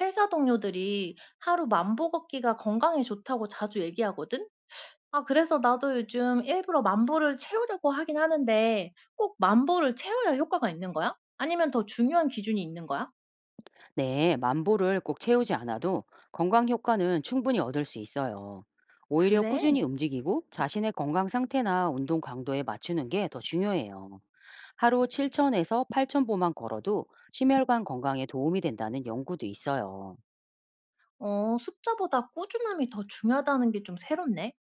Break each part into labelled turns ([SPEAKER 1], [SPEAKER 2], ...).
[SPEAKER 1] 회사 동료들이 하루 만보 걷기가 건강에 좋다고 자주 얘기하거든? 그래서 나도 요즘 일부러 만 보를 채우려고 하긴 하는데 꼭 만 보를 채워야 효과가 있는 거야? 아니면 더 중요한 기준이 있는 거야?
[SPEAKER 2] 네, 만보를 꼭 채우지 않아도 건강 효과는 충분히 얻을 수 있어요. 오히려
[SPEAKER 1] 그래.
[SPEAKER 2] 꾸준히 움직이고 자신의 건강 상태나 운동 강도에 맞추는 게 더 중요해요. 하루 7천에서8천보만 걸어도 심혈관 건강에 도움이 된다는 연구도 있어요.
[SPEAKER 1] 숫자보다 꾸준함이 더 중요하다는 게 좀 새롭네.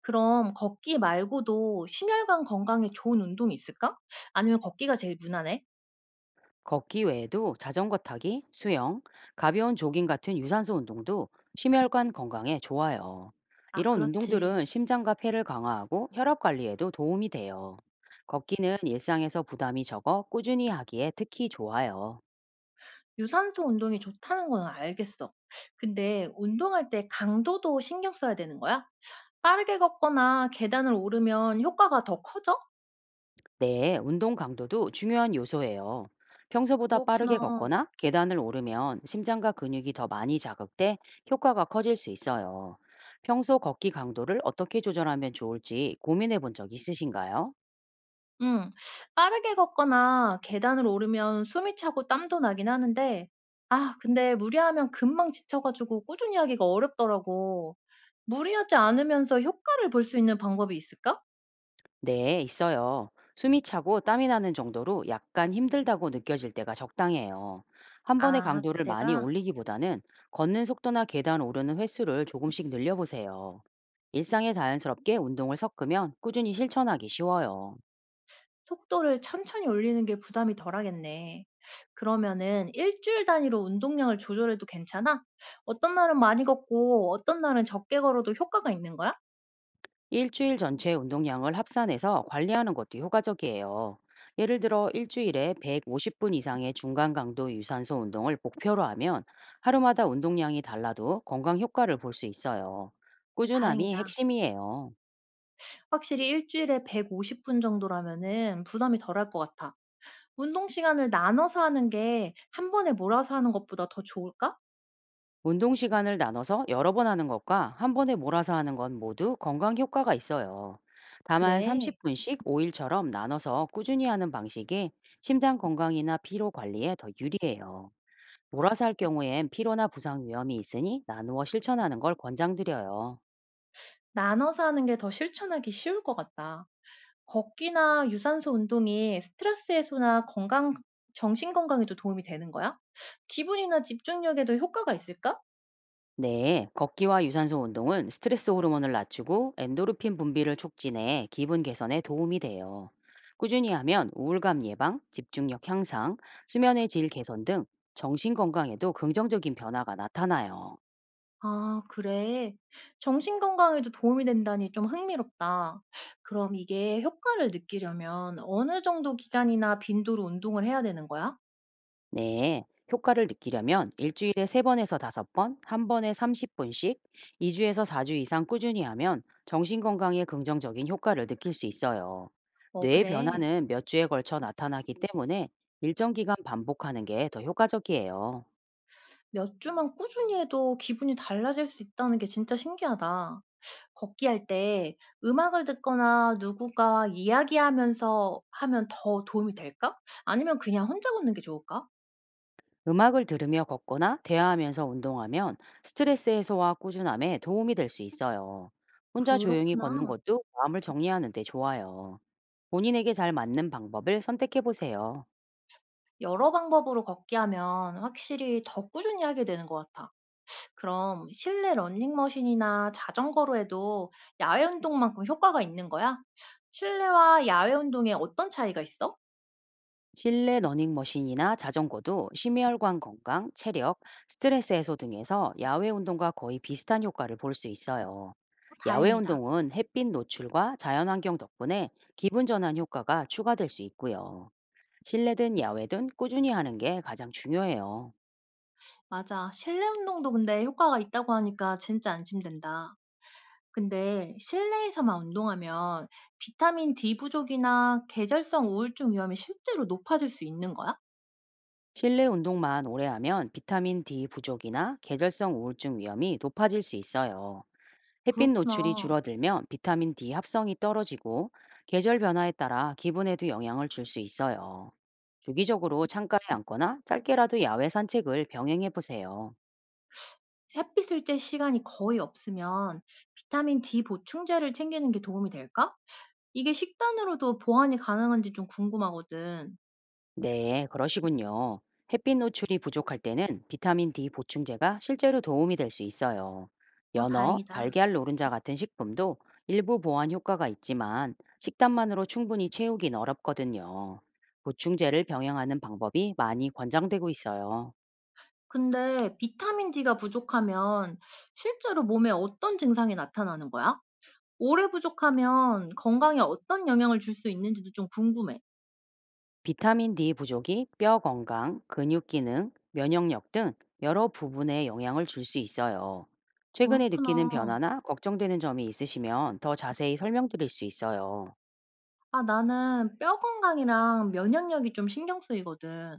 [SPEAKER 1] 그럼 걷기 말고도 심혈관 건강에 좋은 운동이 있을까? 아니면 걷기가 제일 무난해?
[SPEAKER 2] 걷기 외에도 자전거 타기, 수영, 가벼운 조깅 같은 유산소 운동도 심혈관 건강에 좋아요.
[SPEAKER 1] 아,
[SPEAKER 2] 이런
[SPEAKER 1] 그렇지.
[SPEAKER 2] 운동들은 심장과 폐를 강화하고 혈압 관리에도 도움이 돼요. 걷기는 일상에서 부담이 적어 꾸준히 하기에 특히 좋아요.
[SPEAKER 1] 유산소 운동이 좋다는 건 알겠어. 근데 운동할 때 강도도 신경 써야 되는 거야? 빠르게 걷거나 계단을 오르면 효과가 더 커져?
[SPEAKER 2] 네, 운동 강도도 중요한 요소예요. 평소보다 빠르게
[SPEAKER 1] 그렇구나.
[SPEAKER 2] 걷거나 계단을 오르면 심장과 근육이 더 많이 자극돼 효과가 커질 수 있어요. 평소 걷기 강도를 어떻게 조절하면 좋을지 고민해 본 적 있으신가요?
[SPEAKER 1] 응. 빠르게 걷거나 계단을 오르면 숨이 차고 땀도 나긴 하는데, 근데 무리하면 금방 지쳐가지고 꾸준히 하기가 어렵더라고. 무리하지 않으면서 효과를 볼 수 있는 방법이 있을까?
[SPEAKER 2] 네, 있어요. 숨이 차고 땀이 나는 정도로 약간 힘들다고 느껴질 때가 적당해요. 한 번에
[SPEAKER 1] 아,
[SPEAKER 2] 강도를 많이
[SPEAKER 1] 그때가?
[SPEAKER 2] 올리기보다는 걷는 속도나 계단 오르는 횟수를 조금씩 늘려보세요. 일상에 자연스럽게 운동을 섞으면 꾸준히 실천하기 쉬워요.
[SPEAKER 1] 속도를 천천히 올리는 게 부담이 덜하겠네. 그러면은 일주일 단위로 운동량을 조절해도 괜찮아? 어떤 날은 많이 걷고 어떤 날은 적게 걸어도 효과가 있는 거야?
[SPEAKER 2] 일주일 전체 운동량을 합산해서 관리하는 것도 효과적이에요. 예를 들어 일주일에 150분 이상의 중간 강도 유산소 운동을 목표로 하면 하루마다 운동량이 달라도 건강 효과를 볼 수 있어요.
[SPEAKER 1] 어,
[SPEAKER 2] 꾸준함이
[SPEAKER 1] 다행이다.
[SPEAKER 2] 핵심이에요.
[SPEAKER 1] 확실히 일주일에 150분 정도라면은 부담이 덜할 것 같아. 운동 시간을 나눠서 하는 게 한 번에 몰아서 하는 것보다 더 좋을까?
[SPEAKER 2] 운동 시간을 나눠서 여러 번 하는 것과 한 번에 몰아서 하는 건 모두 건강 효과가 있어요. 다만
[SPEAKER 1] 그래.
[SPEAKER 2] 30분씩 5일처럼 나눠서 꾸준히 하는 방식이 심장 건강이나 피로 관리에 더 유리해요. 몰아서 할 경우엔 피로나 부상 위험이 있으니 나누어 실천하는 걸 권장드려요.
[SPEAKER 1] 나눠서 하는 게 더 실천하기 쉬울 것 같다. 걷기나 유산소 운동이 스트레스 해소나 건강 정신 건강에도 도움이 되는 거야? 기분이나 집중력에도 효과가 있을까?
[SPEAKER 2] 네, 걷기와 유산소 운동은 스트레스 호르몬을 낮추고 엔도르핀 분비를 촉진해 기분 개선에 도움이 돼요. 꾸준히 하면 우울감 예방, 집중력 향상, 수면의 질 개선 등 정신 건강에도 긍정적인 변화가 나타나요.
[SPEAKER 1] 아, 그래. 정신 건강에도 도움이 된다니 좀 흥미롭다. 그럼 이게 효과를 느끼려면 어느 정도 기간이나 빈도로 운동을 해야 되는 거야?
[SPEAKER 2] 네, 효과를 느끼려면 일주일에 3번에서 5번, 한번에 30분씩, 2주에서 4주 이상 꾸준히 하면 정신 건강에 긍정적인 효과를 느낄 수 있어요.
[SPEAKER 1] 어,
[SPEAKER 2] 뇌의
[SPEAKER 1] 그래.
[SPEAKER 2] 변화는 몇 주에 걸쳐 나타나기 때문에 일정 기간 반복하는 게 더 효과적이에요.
[SPEAKER 1] 몇 주만 꾸준히 해도 기분이 달라질 수 있다는 게 진짜 신기하다. 걷기 할 때 음악을 듣거나 누구가 이야기하면서 하면 더 도움이 될까? 아니면 그냥 혼자 걷는 게 좋을까?
[SPEAKER 2] 음악을 들으며 걷거나 대화하면서 운동하면 스트레스 해소와 꾸준함에 도움이 될 수 있어요. 혼자 조용히 걷는
[SPEAKER 1] 그렇구나.
[SPEAKER 2] 것도 마음을 정리하는 데 좋아요. 본인에게 잘 맞는 방법을 선택해 보세요.
[SPEAKER 1] 여러 방법으로 걷기 하면 확실히 더 꾸준히 하게 되는 것 같아. 그럼 실내 러닝머신이나 자전거로 해도 야외 운동만큼 효과가 있는 거야? 실내와 야외 운동에 어떤 차이가 있어?
[SPEAKER 2] 실내 러닝머신이나 자전거도 심혈관 건강, 체력, 스트레스 해소 등에서 야외 운동과 거의 비슷한 효과를 볼 수 있어요. 야외
[SPEAKER 1] 다행이다.
[SPEAKER 2] 운동은 햇빛 노출과 자연 환경 덕분에 기분 전환 효과가 추가될 수 있고요. 실내든 야외든 꾸준히 하는 게 가장 중요해요.
[SPEAKER 1] 맞아. 실내 운동도 근데 효과가 있다고 하니까 진짜 안심된다. 근데 실내에서만 운동하면 비타민 D 부족이나 계절성 우울증 위험이 실제로 높아질 수 있는 거야?
[SPEAKER 2] 실내 운동만 오래 하면 비타민 D 부족이나 계절성 우울증 위험이 높아질 수 있어요. 햇빛 노출이
[SPEAKER 1] 그렇구나.
[SPEAKER 2] 줄어들면 비타민 D 합성이 떨어지고 계절 변화에 따라 기분에도 영향을 줄 수 있어요. 주기적으로 창가에 앉거나 짧게라도 야외 산책을 병행해 보세요.
[SPEAKER 1] 햇빛을 쬐 시간이 거의 없으면 비타민 D 보충제를 챙기는 게 도움이 될까? 이게 식단으로도 보완이 가능한지 좀 궁금하거든.
[SPEAKER 2] 네, 그러시군요. 햇빛 노출이 부족할 때는 비타민 D 보충제가 실제로 도움이 될 수 있어요.
[SPEAKER 1] 어,
[SPEAKER 2] 연어,
[SPEAKER 1] 다행이다.
[SPEAKER 2] 달걀 노른자 같은 식품도 일부 보완 효과가 있지만 식단만으로 충분히 채우긴 어렵거든요. 보충제를 병행하는 방법이 많이 권장되고 있어요.
[SPEAKER 1] 근데 비타민 D가 부족하면 실제로 몸에 어떤 증상이 나타나는 거야? 오래 부족하면 건강에 어떤 영향을 줄 수 있는지도 좀 궁금해.
[SPEAKER 2] 비타민 D 부족이 뼈 건강, 근육 기능, 면역력 등 여러 부분에 영향을 줄 수 있어요. 최근에 느끼는
[SPEAKER 1] 그렇구나.
[SPEAKER 2] 변화나 걱정되는 점이 있으시면 더 자세히 설명드릴 수 있어요.
[SPEAKER 1] 아 나는 뼈 건강이랑 면역력이 좀 신경 쓰이거든.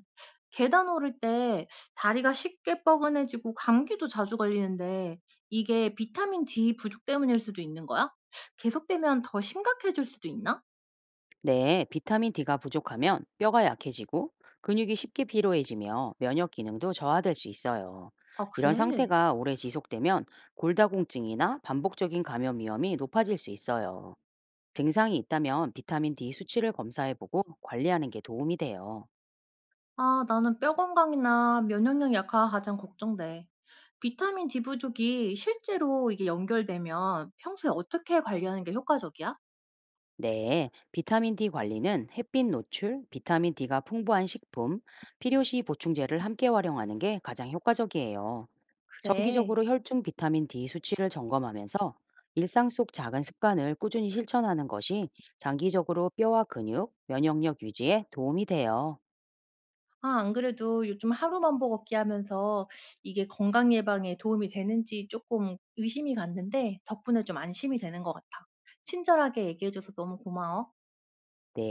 [SPEAKER 1] 계단 오를 때 다리가 쉽게 뻐근해지고 감기도 자주 걸리는데 이게 비타민 D 부족 때문일 수도 있는 거야? 계속되면 더 심각해질 수도 있나?
[SPEAKER 2] 네, 비타민 D가 부족하면 뼈가 약해지고 근육이 쉽게 피로해지며 면역 기능도 저하될 수 있어요.
[SPEAKER 1] 아,
[SPEAKER 2] 이런
[SPEAKER 1] 그래?
[SPEAKER 2] 상태가 오래 지속되면 골다공증이나 반복적인 감염 위험이 높아질 수 있어요. 증상이 있다면 비타민 D 수치를 검사해보고 관리하는 게 도움이 돼요.
[SPEAKER 1] 나는 뼈 건강이나 면역력 약화가 가장 걱정돼. 비타민 D 부족이 실제로 이게 연결되면 평소에 어떻게 관리하는 게 효과적이야?
[SPEAKER 2] 네, 비타민 D 관리는 햇빛 노출, 비타민 D가 풍부한 식품, 필요시 보충제를 함께 활용하는 게 가장 효과적이에요.
[SPEAKER 1] 그래.
[SPEAKER 2] 정기적으로 혈중 비타민 D 수치를 점검하면서 일상 속 작은 습관을 꾸준히 실천하는 것이 장기적으로 뼈와 근육, 면역력 유지에 도움이 돼요.
[SPEAKER 1] 안 그래도 요즘 하루 만보 걷기 하면서 이게 건강 예방에 도움이 되는지 조금 의심이 갔는데 덕분에 좀 안심이 되는 것 같아. 친절하게 얘기해줘서 너무 고마워.
[SPEAKER 2] 네.